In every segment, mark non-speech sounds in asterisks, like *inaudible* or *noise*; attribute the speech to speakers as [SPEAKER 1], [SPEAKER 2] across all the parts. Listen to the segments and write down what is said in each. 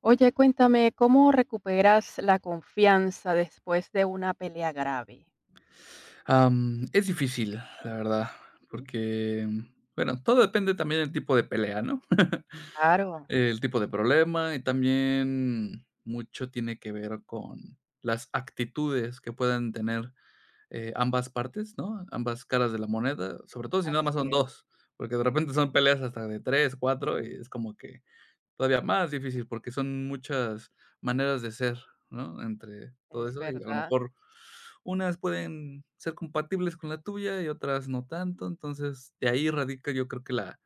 [SPEAKER 1] Oye, cuéntame, ¿cómo recuperas la confianza después de una pelea grave?
[SPEAKER 2] Es difícil, la verdad,
[SPEAKER 1] Ujú.
[SPEAKER 2] porque, bueno, todo depende también del tipo de pelea, ¿no? *laughs*
[SPEAKER 1] Claro,
[SPEAKER 2] El tipo de problema y también mucho tiene que ver con las actitudes que puedan tener, ambas partes, ¿no? Ambas caras de la moneda, sobre todo si nada más
[SPEAKER 1] así
[SPEAKER 2] son 2, porque de repente son peleas hasta de 3, 4 y es como que todavía más difícil, porque son muchas maneras de ser, ¿no? Entre todo
[SPEAKER 1] es
[SPEAKER 2] eso, y a lo
[SPEAKER 1] verdad.
[SPEAKER 2] mejor unas pueden ser compatibles con la tuya y otras no tanto. Entonces, de ahí radica, yo creo que la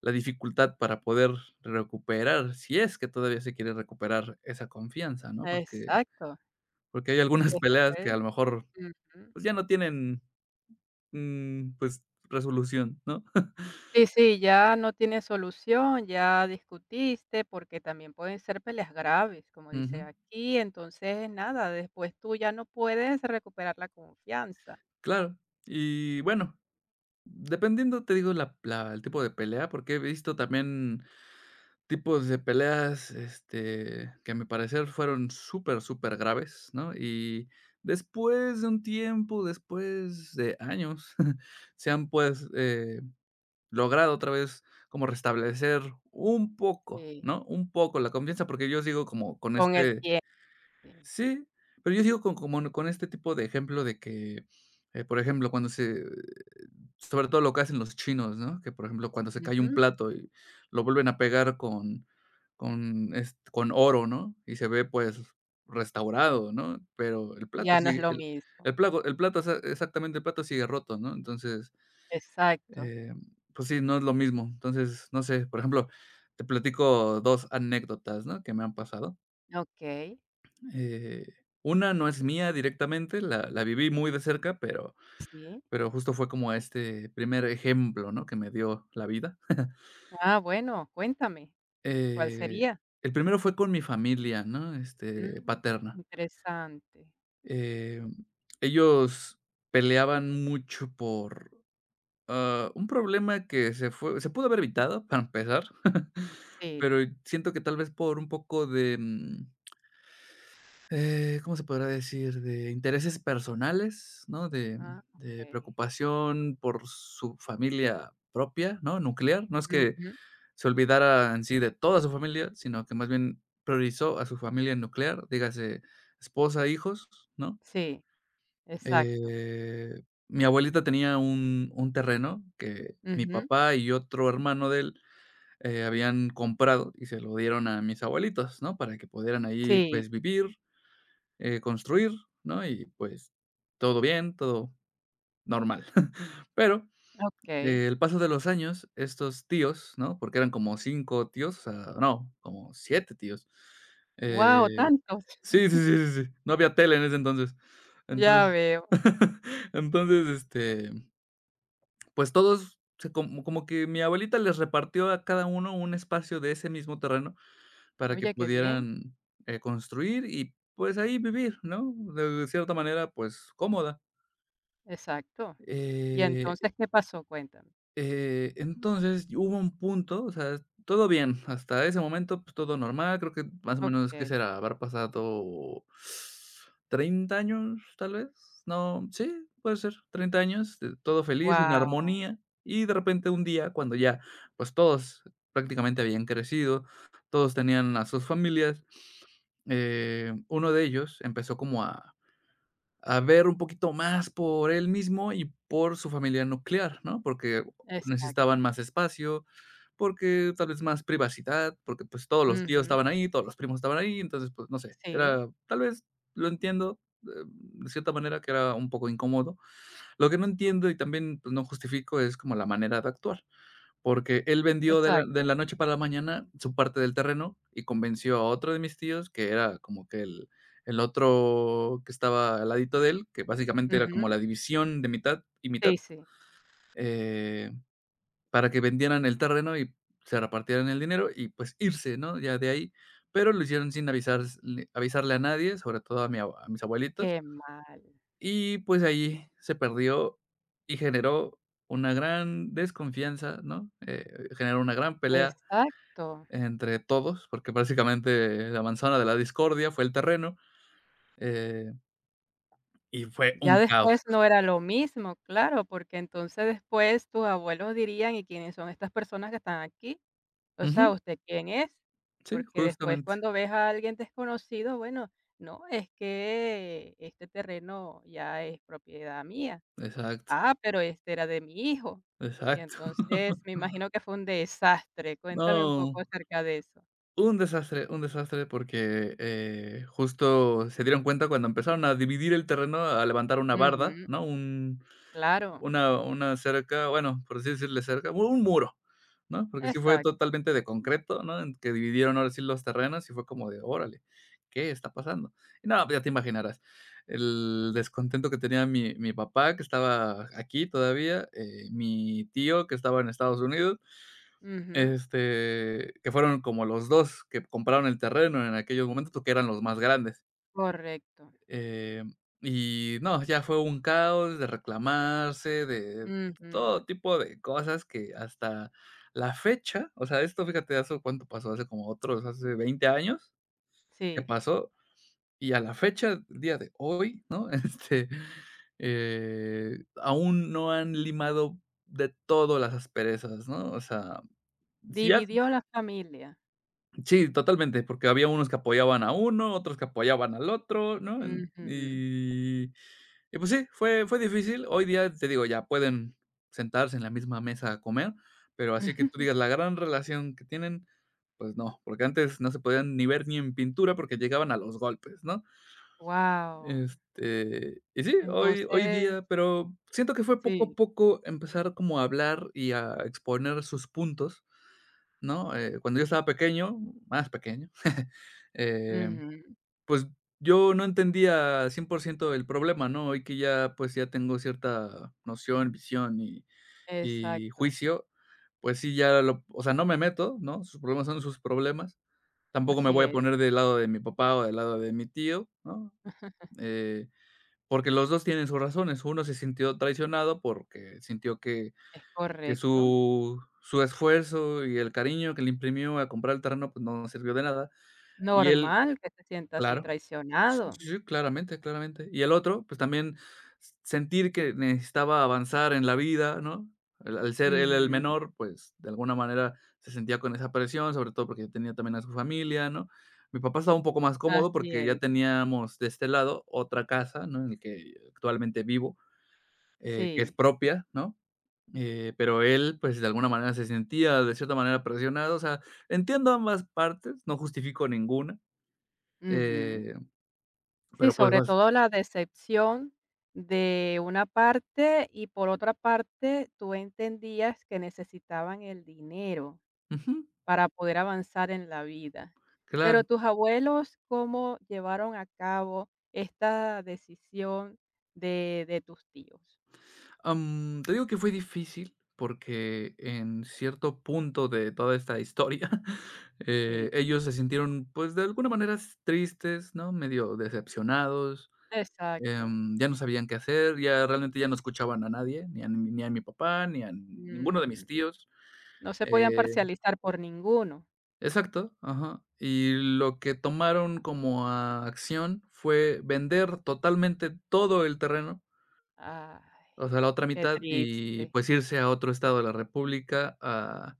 [SPEAKER 2] la dificultad para poder recuperar, si es que todavía se quiere recuperar esa confianza, ¿no? Porque
[SPEAKER 1] Exacto.
[SPEAKER 2] porque hay algunas *laughs* peleas que
[SPEAKER 1] Después,
[SPEAKER 2] a lo mejor,
[SPEAKER 1] ujú.
[SPEAKER 2] pues, ya no tienen, pues, resolución, ¿no?
[SPEAKER 1] Sí, sí, ya no tiene solución, ya discutiste, porque también pueden ser peleas graves, como dice
[SPEAKER 2] Ujú,
[SPEAKER 1] aquí, entonces nada, después tú ya no puedes recuperar la confianza.
[SPEAKER 2] claro. Y bueno, dependiendo, te digo, la la el tipo de pelea, porque he visto también tipos de peleas, este, que a mi parecer fueron súper, súper graves, ¿no? Y después de un tiempo, después de años, *laughs* se han, pues, logrado otra vez como restablecer un poco,
[SPEAKER 1] Sí,
[SPEAKER 2] ¿no? Un poco la confianza, porque yo sigo como con
[SPEAKER 1] con el
[SPEAKER 2] este.
[SPEAKER 1] tiempo.
[SPEAKER 2] Sí, pero yo digo con como no, con este tipo de ejemplo de que, por ejemplo, cuando se sobre todo lo que hacen los chinos, ¿no? Que, por ejemplo, cuando se cae un
[SPEAKER 1] Ujú,
[SPEAKER 2] plato y lo vuelven a pegar con oro, ¿no? Y se ve, pues, restaurado, ¿no? Pero el plato
[SPEAKER 1] ya no es
[SPEAKER 2] sigue
[SPEAKER 1] lo mismo.
[SPEAKER 2] el plato exa exactamente, el plato sigue roto, ¿no? Entonces,
[SPEAKER 1] Exacto.
[SPEAKER 2] eh, pues sí, no es lo mismo. Entonces, no sé, por ejemplo, te platico 2 anécdotas, ¿no?, que me han pasado.
[SPEAKER 1] Ok,
[SPEAKER 2] Eh, una no es mía directamente, la viví muy de cerca, pero
[SPEAKER 1] sí.
[SPEAKER 2] pero justo fue como este primer ejemplo, ¿no?, que me dio la vida.
[SPEAKER 1] Ah, bueno, cuéntame, ¿cuál
[SPEAKER 2] Eh,
[SPEAKER 1] sería?
[SPEAKER 2] el primero fue con mi familia, ¿no?, este,
[SPEAKER 1] Mm,
[SPEAKER 2] paterna.
[SPEAKER 1] interesante.
[SPEAKER 2] Em, Ellos peleaban mucho por, un problema que se pudo haber evitado, para empezar. *laughs*
[SPEAKER 1] Sí.
[SPEAKER 2] Pero siento que tal vez por un poco de. ¿Cómo se podrá decir? De intereses personales, ¿no? De
[SPEAKER 1] Ah,
[SPEAKER 2] de
[SPEAKER 1] okey.
[SPEAKER 2] preocupación por su familia propia, ¿no? Nuclear. No es que
[SPEAKER 1] Ujú.
[SPEAKER 2] se olvidara en sí de toda su familia, sino que más bien priorizó a su familia nuclear, dígase esposa, hijos, ¿no?
[SPEAKER 1] Sí, exacto.
[SPEAKER 2] Eh, Mi abuelita tenía un terreno que mi
[SPEAKER 1] Ujú.
[SPEAKER 2] papá y otro hermano de él, habían comprado y se lo dieron a mis abuelitos, ¿no? Para que pudieran ahí,
[SPEAKER 1] Sí,
[SPEAKER 2] pues, vivir, construir, ¿no? Y pues todo bien, todo normal. *laughs* Pero,
[SPEAKER 1] okey.
[SPEAKER 2] el paso de los años, estos tíos, ¿no? Porque eran como 5 tíos, o sea, no, como 7 tíos.
[SPEAKER 1] Wow,
[SPEAKER 2] Eh,
[SPEAKER 1] tantos.
[SPEAKER 2] sí,
[SPEAKER 1] *laughs*
[SPEAKER 2] sí, sí, sí, sí, no había tele en ese entonces.
[SPEAKER 1] Ya
[SPEAKER 2] Entonces
[SPEAKER 1] veo.
[SPEAKER 2] *laughs* entonces, este, pues todos se como que mi abuelita les repartió a cada uno un espacio de ese mismo terreno para que
[SPEAKER 1] Oye, qué bien.
[SPEAKER 2] pudieran, construir y, pues, ahí vivir, ¿no? De cierta manera, pues, cómoda.
[SPEAKER 1] Exacto. Y
[SPEAKER 2] Eh,
[SPEAKER 1] entonces, ¿qué pasó? Cuéntame.
[SPEAKER 2] entonces, hubo un punto, o sea, todo bien, hasta ese momento, pues, todo normal, creo que más o menos, ¿qué
[SPEAKER 1] Okey.
[SPEAKER 2] será? Haber pasado 30 años, tal vez, no, sí, puede ser, 30 años, de todo feliz, en
[SPEAKER 1] Wow.
[SPEAKER 2] armonía, y de repente un día, cuando ya, pues, todos prácticamente habían crecido, todos tenían a sus familias, uno de ellos empezó como a ver un poquito más por él mismo y por su familia nuclear, ¿no? Porque
[SPEAKER 1] Exacto.
[SPEAKER 2] necesitaban más espacio, porque tal vez más privacidad, porque, pues, todos los tíos
[SPEAKER 1] Ujú.
[SPEAKER 2] estaban ahí, todos los primos estaban ahí, entonces, pues, no sé,
[SPEAKER 1] Sí,
[SPEAKER 2] era tal vez, lo entiendo, de cierta manera que era un poco incómodo. Lo que no entiendo y también, pues, no justifico es como la manera de actuar. Porque él vendió de la
[SPEAKER 1] exacto.
[SPEAKER 2] de la noche para la mañana su parte del terreno y convenció a otro de mis tíos, que era como que el otro que estaba al ladito de él, que básicamente era
[SPEAKER 1] Ujú.
[SPEAKER 2] como la división de mitad y mitad,
[SPEAKER 1] Sí, sí.
[SPEAKER 2] eh, para que vendieran el terreno y se repartieran el dinero y, pues, irse, ¿no?, ya de ahí. Pero lo hicieron sin avisarle a nadie, sobre todo a mi abue a mis abuelitos,
[SPEAKER 1] Qué mal.
[SPEAKER 2] y, pues, ahí se perdió y generó una gran desconfianza, ¿no?, generó una gran pelea
[SPEAKER 1] Exacto.
[SPEAKER 2] entre todos, porque básicamente la manzana de la discordia fue el terreno, eh, y fue
[SPEAKER 1] Ya
[SPEAKER 2] un caos.
[SPEAKER 1] después no era lo mismo, claro, porque entonces después tus abuelos dirían: "¿Y quiénes son estas personas que están aquí? O sea,
[SPEAKER 2] Ujú,
[SPEAKER 1] ¿usted quién es?".
[SPEAKER 2] sí,
[SPEAKER 1] Porque después
[SPEAKER 2] justamente.
[SPEAKER 1] cuando ves a alguien desconocido, bueno, no, es que este terreno ya es propiedad mía.
[SPEAKER 2] Exacto,
[SPEAKER 1] Ah, pero este era de mi hijo. Y
[SPEAKER 2] exacto.
[SPEAKER 1] entonces
[SPEAKER 2] *laughs*
[SPEAKER 1] me imagino que fue un desastre. Cuéntame un
[SPEAKER 2] No,
[SPEAKER 1] poco acerca de eso.
[SPEAKER 2] un desastre porque, justo se dieron cuenta cuando empezaron a dividir el terreno, a levantar una barda,
[SPEAKER 1] Ujú,
[SPEAKER 2] ¿no? Un
[SPEAKER 1] claro,
[SPEAKER 2] Una cerca, bueno, por así decirle cerca, u un muro, ¿no? Porque sí fue
[SPEAKER 1] exacto.
[SPEAKER 2] totalmente de concreto, ¿no? En que dividieron ahora sí los terrenos y fue como de: "Órale, ¿qué está pasando?". Y no, pues ya te imaginarás, el descontento que tenía mi papá, que estaba aquí todavía, mi tío, que estaba en Estados Unidos,
[SPEAKER 1] Ujú,
[SPEAKER 2] este, que fueron como los 2 que compraron el terreno en aquellos momentos, que eran los más grandes.
[SPEAKER 1] correcto.
[SPEAKER 2] Eh, y no, ya fue un caos de reclamarse, de
[SPEAKER 1] Ujú,
[SPEAKER 2] todo tipo de cosas que hasta la fecha, o sea, esto fíjate, ¿hace cuánto pasó? Hace como otros, hace 20 años que
[SPEAKER 1] sí.
[SPEAKER 2] pasó y a la fecha, día de hoy, ¿no? *laughs* Este, aún no han limado de todo las asperezas, ¿no? O sea, si ya.
[SPEAKER 1] Dividió la familia.
[SPEAKER 2] Sí, totalmente, porque había unos que apoyaban a uno, otros que apoyaban al otro, ¿no? En
[SPEAKER 1] Ujú.
[SPEAKER 2] y pues sí, fue difícil. Hoy día, te digo, ya pueden sentarse en la misma mesa a comer, pero así que tú digas
[SPEAKER 1] *laughs*
[SPEAKER 2] la gran relación que tienen, pues no, porque antes no se podían ni ver ni en pintura porque llegaban a los golpes, ¿no?
[SPEAKER 1] Guau.
[SPEAKER 2] Este, y sí, hoy
[SPEAKER 1] Entonces
[SPEAKER 2] día, pero siento que fue poco a
[SPEAKER 1] sí.
[SPEAKER 2] poco empezar como a hablar y a exponer sus puntos. ¿No? Cuando yo estaba pequeño, más pequeño, *laughs* eh,
[SPEAKER 1] Ujú.
[SPEAKER 2] pues yo no entendía 100% el problema, ¿no? Hoy que ya, pues ya tengo cierta noción, visión y
[SPEAKER 1] Exacto.
[SPEAKER 2] juicio, pues sí, ya lo, o sea, no me meto, ¿no? Sus problemas son sus problemas. Tampoco me
[SPEAKER 1] Así
[SPEAKER 2] voy a
[SPEAKER 1] es.
[SPEAKER 2] poner del lado de mi papá o del lado de mi tío, ¿no? Eh, porque los dos tienen sus razones. Uno se sintió traicionado porque sintió que
[SPEAKER 1] Es
[SPEAKER 2] que
[SPEAKER 1] correcto.
[SPEAKER 2] su su esfuerzo y el cariño que le imprimió a comprar el terreno, pues, no sirvió de nada. Y él
[SPEAKER 1] Normal que te sientas así
[SPEAKER 2] claro. Sí,
[SPEAKER 1] traicionado.
[SPEAKER 2] sí, sí, claramente, claramente. Y el otro, pues, también s sentir que necesitaba avanzar en la vida, ¿no? Al ser él el
[SPEAKER 1] Ujú.
[SPEAKER 2] menor, pues, de alguna manera se sentía con esa presión, sobre todo porque tenía también a su familia, ¿no? Mi papá estaba un poco más cómodo
[SPEAKER 1] Así
[SPEAKER 2] porque ya
[SPEAKER 1] es.
[SPEAKER 2] teníamos de este lado otra casa, ¿no? En el que actualmente vivo, que es
[SPEAKER 1] Sí.
[SPEAKER 2] propia, ¿no? Pero él, pues, de alguna manera se sentía de cierta manera presionado, o sea, entiendo ambas partes, no justifico ninguna,
[SPEAKER 1] Ujú.
[SPEAKER 2] eh,
[SPEAKER 1] Sí,
[SPEAKER 2] pero pues
[SPEAKER 1] sobre
[SPEAKER 2] vas,
[SPEAKER 1] todo la decepción de una parte y por otra parte, tú entendías que necesitaban el dinero.
[SPEAKER 2] ujú,
[SPEAKER 1] Para poder avanzar en la vida. Pero
[SPEAKER 2] claro.
[SPEAKER 1] tus abuelos, ¿cómo llevaron a cabo esta decisión de tus tíos?
[SPEAKER 2] Te digo que fue difícil porque en cierto punto de toda esta historia, *laughs*
[SPEAKER 1] Sí.
[SPEAKER 2] ellos se sintieron, pues, de alguna manera s tristes, ¿no? Medio decepcionados,
[SPEAKER 1] Exacto.
[SPEAKER 2] ya no sabían qué hacer, ya realmente ya no escuchaban a nadie, ni a mi papá, ni a ninguno de
[SPEAKER 1] Mm,
[SPEAKER 2] mis tíos,
[SPEAKER 1] no se podían
[SPEAKER 2] eh
[SPEAKER 1] parcializar por ninguno.
[SPEAKER 2] exacto, ajá. Y lo que tomaron como acción fue vender totalmente todo el terreno,
[SPEAKER 1] Ah,
[SPEAKER 2] o sea, la otra
[SPEAKER 1] qué
[SPEAKER 2] mitad, y
[SPEAKER 1] triste.
[SPEAKER 2] pues irse a otro estado de la república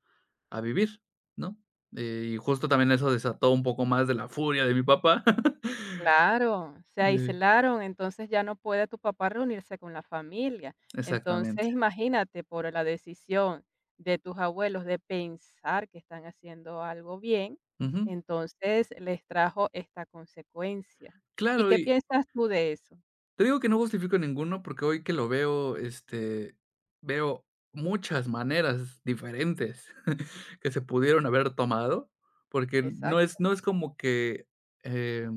[SPEAKER 2] a vivir, ¿no? Y justo también eso desató un poco más de la furia de mi papá. *laughs*
[SPEAKER 1] Claro, se
[SPEAKER 2] De
[SPEAKER 1] aislaron, entonces ya no puede tu papá reunirse con la familia.
[SPEAKER 2] exactamente.
[SPEAKER 1] Entonces, imagínate por la decisión de tus abuelos de pensar que están haciendo algo bien,
[SPEAKER 2] Ujú.
[SPEAKER 1] entonces les trajo esta consecuencia. ¿Y
[SPEAKER 2] Claro,
[SPEAKER 1] qué
[SPEAKER 2] y
[SPEAKER 1] piensas tú de eso?
[SPEAKER 2] te digo que no justifico ninguno, porque hoy que lo veo, este, veo muchas maneras diferentes *laughs* que se pudieron haber tomado, porque
[SPEAKER 1] Exacto.
[SPEAKER 2] no es como que, eh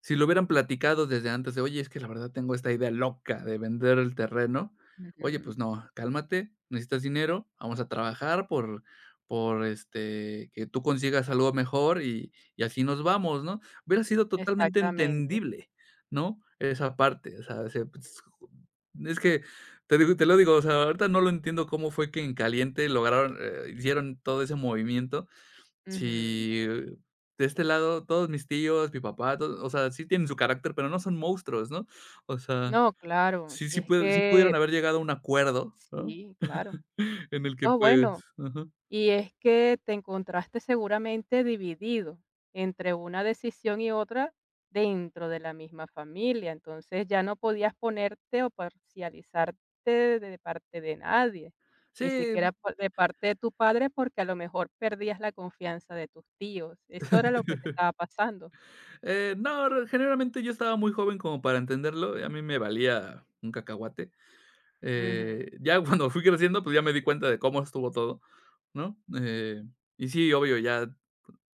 [SPEAKER 2] si lo hubieran platicado desde antes de: "Oye, es que la verdad tengo esta idea loca de vender el terreno". Oye,
[SPEAKER 1] Ujú,
[SPEAKER 2] pues no, cálmate, necesitas dinero, vamos a trabajar por, este, que tú consigas algo mejor y así nos vamos, ¿no? Hubiera sido totalmente
[SPEAKER 1] exactamente.
[SPEAKER 2] entendible, ¿no? Esa parte, o sea, se pues, es que te lo digo, o sea, ahorita no lo entiendo cómo fue que en caliente lograron, hicieron todo ese movimiento.
[SPEAKER 1] Ujú.
[SPEAKER 2] Sí, de este lado, todos mis tíos, mi papá, todo, o sea, sí tienen su carácter, pero no son monstruos, ¿no? O sea,
[SPEAKER 1] No, claro, y es
[SPEAKER 2] sí pudieron
[SPEAKER 1] que
[SPEAKER 2] haber llegado a un acuerdo, ¿no?
[SPEAKER 1] sí, claro.
[SPEAKER 2] *laughs* En el que,
[SPEAKER 1] No,
[SPEAKER 2] pues
[SPEAKER 1] bueno.
[SPEAKER 2] ajá.
[SPEAKER 1] Y es que te encontraste seguramente dividido entre una decisión y otra dentro de la misma familia, entonces ya no podías ponerte o parcializarte de parte de nadie, ni
[SPEAKER 2] Sí,
[SPEAKER 1] siquiera por de parte de tu padre, porque a lo mejor perdías la confianza de tus tíos, eso era lo que te estaba
[SPEAKER 2] *laughs*
[SPEAKER 1] pasando.
[SPEAKER 2] no, re generalmente yo estaba muy joven como para entenderlo, y a mí me valía un cacahuate.
[SPEAKER 1] Ujú,
[SPEAKER 2] Ya *laughs* cuando fui creciendo, pues, ya me di cuenta de cómo estuvo todo, ¿no? Y sí, obvio, ya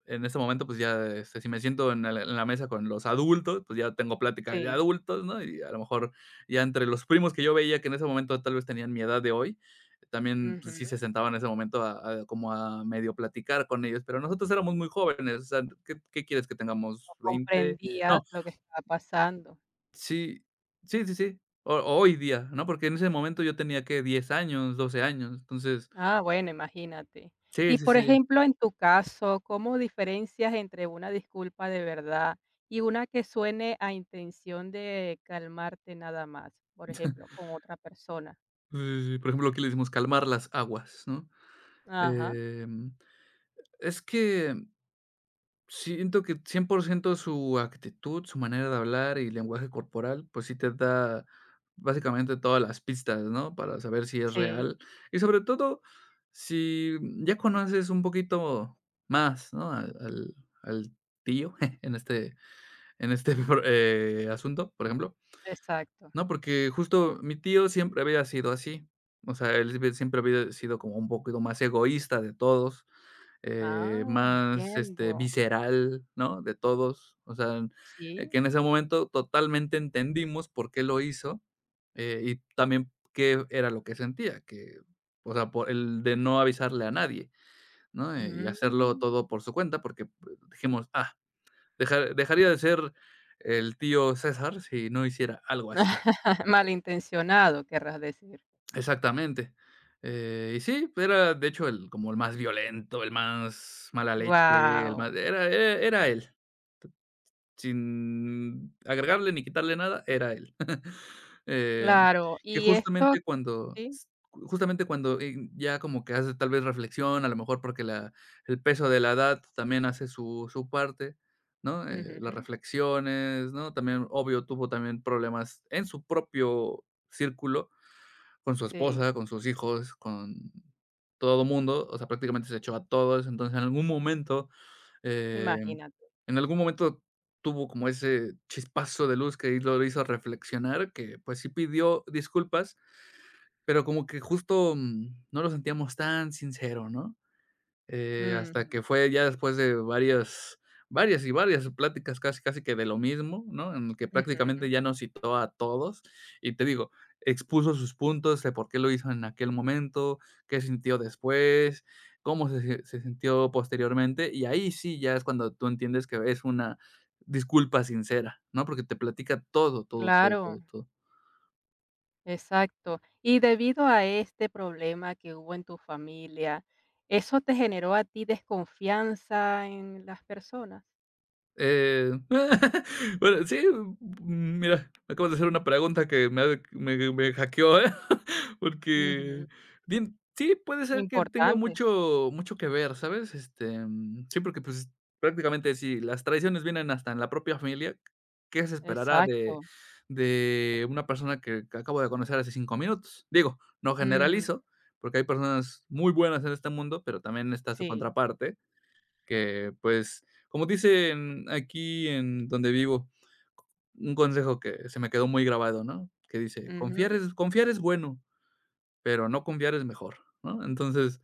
[SPEAKER 2] en este momento, pues ya, si me siento en el en la mesa con los adultos, pues ya tengo plática de
[SPEAKER 1] sí,
[SPEAKER 2] adultos, ¿no? Y a lo mejor ya entre los primos que yo veía que en ese momento tal vez tenían mi edad de hoy, también, pues sí se
[SPEAKER 1] ujú,
[SPEAKER 2] sentaban en ese momento a como a medio platicar con ellos, pero nosotros éramos muy jóvenes, o sea, ¿qué quieres que
[SPEAKER 1] no
[SPEAKER 2] tengamos? 20.
[SPEAKER 1] comprendías
[SPEAKER 2] No,
[SPEAKER 1] lo que estaba pasando.
[SPEAKER 2] sí, sí, sí, sí, ho hoy día, ¿no? Porque en ese momento yo tenía, que 10 años, 12 años, entonces
[SPEAKER 1] Ah, bueno, imagínate.
[SPEAKER 2] sí,
[SPEAKER 1] Y
[SPEAKER 2] sí, sí,
[SPEAKER 1] por
[SPEAKER 2] sí,
[SPEAKER 1] ejemplo, en tu caso, ¿cómo diferencias entre una disculpa de verdad y una que suene a intención de calmarte nada más? Por ejemplo, con otra persona.
[SPEAKER 2] sí, sí, por ejemplo, aquí le decimos calmar las aguas, ¿no?
[SPEAKER 1] Ajá,
[SPEAKER 2] Em Es que siento que 100% su actitud, su manera de hablar y lenguaje corporal, pues sí te da básicamente todas las pistas, ¿no? Para saber si es
[SPEAKER 1] sí,
[SPEAKER 2] real. Y sobre todo, si ya conoces un poquito más, ¿no? Al tío *laughs* en este, en este *laughs* asunto, por ejemplo,
[SPEAKER 1] exacto.
[SPEAKER 2] ¿no? Porque justo mi tío siempre había sido así. O sea, él siempre siempre había sido como un poquito más egoísta de todos,
[SPEAKER 1] Ah,
[SPEAKER 2] más,
[SPEAKER 1] entiendo.
[SPEAKER 2] visceral, ¿no?, de todos. O sea, que
[SPEAKER 1] Sí.
[SPEAKER 2] en ese momento totalmente entendimos por qué lo hizo, y también qué era lo que sentía, que, o sea, por el de no avisarle a nadie, ¿no?, y hacerlo
[SPEAKER 1] Mm.
[SPEAKER 2] todo por su cuenta, porque pues, dijimos: "Ah, dejaría de ser el tío César si no hiciera algo así".
[SPEAKER 1] *laughs* Malintencionado, querrás decir.
[SPEAKER 2] Exactamente. Y sí, era de hecho el como el más violento, el más mala leche, el
[SPEAKER 1] Wow,
[SPEAKER 2] más era él. Sin agregarle ni quitarle nada, era él. *laughs* Eh,
[SPEAKER 1] claro.
[SPEAKER 2] que
[SPEAKER 1] Y esto,
[SPEAKER 2] justamente cuando
[SPEAKER 1] sí,
[SPEAKER 2] s justamente cuando, ya como que hace tal vez reflexión, a lo mejor porque la el peso de la edad también hace su parte, ¿no? Las
[SPEAKER 1] ujú,
[SPEAKER 2] reflexiones, ¿no? También, obvio, tuvo también problemas en su propio círculo, con su
[SPEAKER 1] sí,
[SPEAKER 2] esposa, con sus hijos, con todo mundo, o sea, prácticamente se echó a todos, entonces en algún momento eh,
[SPEAKER 1] imagínate.
[SPEAKER 2] en algún momento tuvo como ese chispazo de luz que lo hizo reflexionar, que, pues, sí pidió disculpas, pero como que justo, no lo sentíamos tan sincero, ¿no?
[SPEAKER 1] Ujú,
[SPEAKER 2] Hasta que fue ya después de varias varias y varias pláticas casi casi que de lo mismo, ¿no? En el que prácticamente
[SPEAKER 1] ujú.
[SPEAKER 2] ya nos citó a todos, y te digo, expuso sus puntos de por qué lo hizo en aquel momento, qué sintió después, cómo se sintió posteriormente, y ahí sí ya es cuando tú entiendes que es una disculpa sincera, ¿no? Porque te platica todo, todo, todo,
[SPEAKER 1] Claro,
[SPEAKER 2] todo, todo.
[SPEAKER 1] exacto. Y debido a este problema que hubo en tu familia, ¿eso te generó a ti desconfianza en las personas?
[SPEAKER 2] Eh, *laughs* bueno, sí, mm, mira, me acabas de hacer una pregunta que me ha me me hackeó, ¿eh? *laughs*
[SPEAKER 1] Ujú,
[SPEAKER 2] Porque bien, sí, puede ser que tenga
[SPEAKER 1] importante,
[SPEAKER 2] mucho mucho que ver, ¿sabes? Sí, porque, pues, prácticamente si las traiciones vienen hasta en la propia familia, ¿qué se esperará
[SPEAKER 1] exacto.
[SPEAKER 2] de una persona que acabo de conocer hace 5 minutos? Digo, no
[SPEAKER 1] Ujú,
[SPEAKER 2] generalizo, porque hay personas muy buenas en este mundo, pero también está su
[SPEAKER 1] sí,
[SPEAKER 2] contraparte, que, pues, como dicen aquí en donde vivo, un consejo que se me quedó muy grabado, ¿no? Que dice: "Confiar
[SPEAKER 1] ujú,
[SPEAKER 2] es bueno, pero no confiar es mejor", ¿no? Entonces,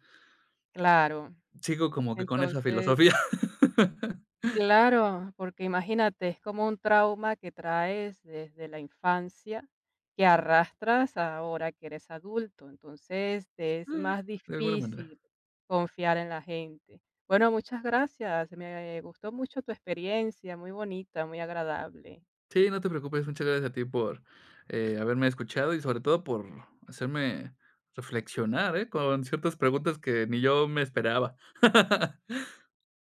[SPEAKER 1] claro.
[SPEAKER 2] sigo como que con esa
[SPEAKER 1] Entonces,
[SPEAKER 2] filosofía. *laughs*
[SPEAKER 1] claro, porque imagínate, es como un trauma que traes desde la infancia, que arrastras ahora que eres adulto, entonces te
[SPEAKER 2] Sí,
[SPEAKER 1] es más
[SPEAKER 2] de alguna manera.
[SPEAKER 1] difícil confiar en la gente. Bueno, muchas gracias, me gustó mucho tu experiencia, muy bonita, muy agradable.
[SPEAKER 2] Sí, no te preocupes, muchas gracias a ti por, haberme escuchado y sobre todo por hacerme reflexionar, ¿eh? Con ciertas preguntas que ni yo me esperaba. *laughs*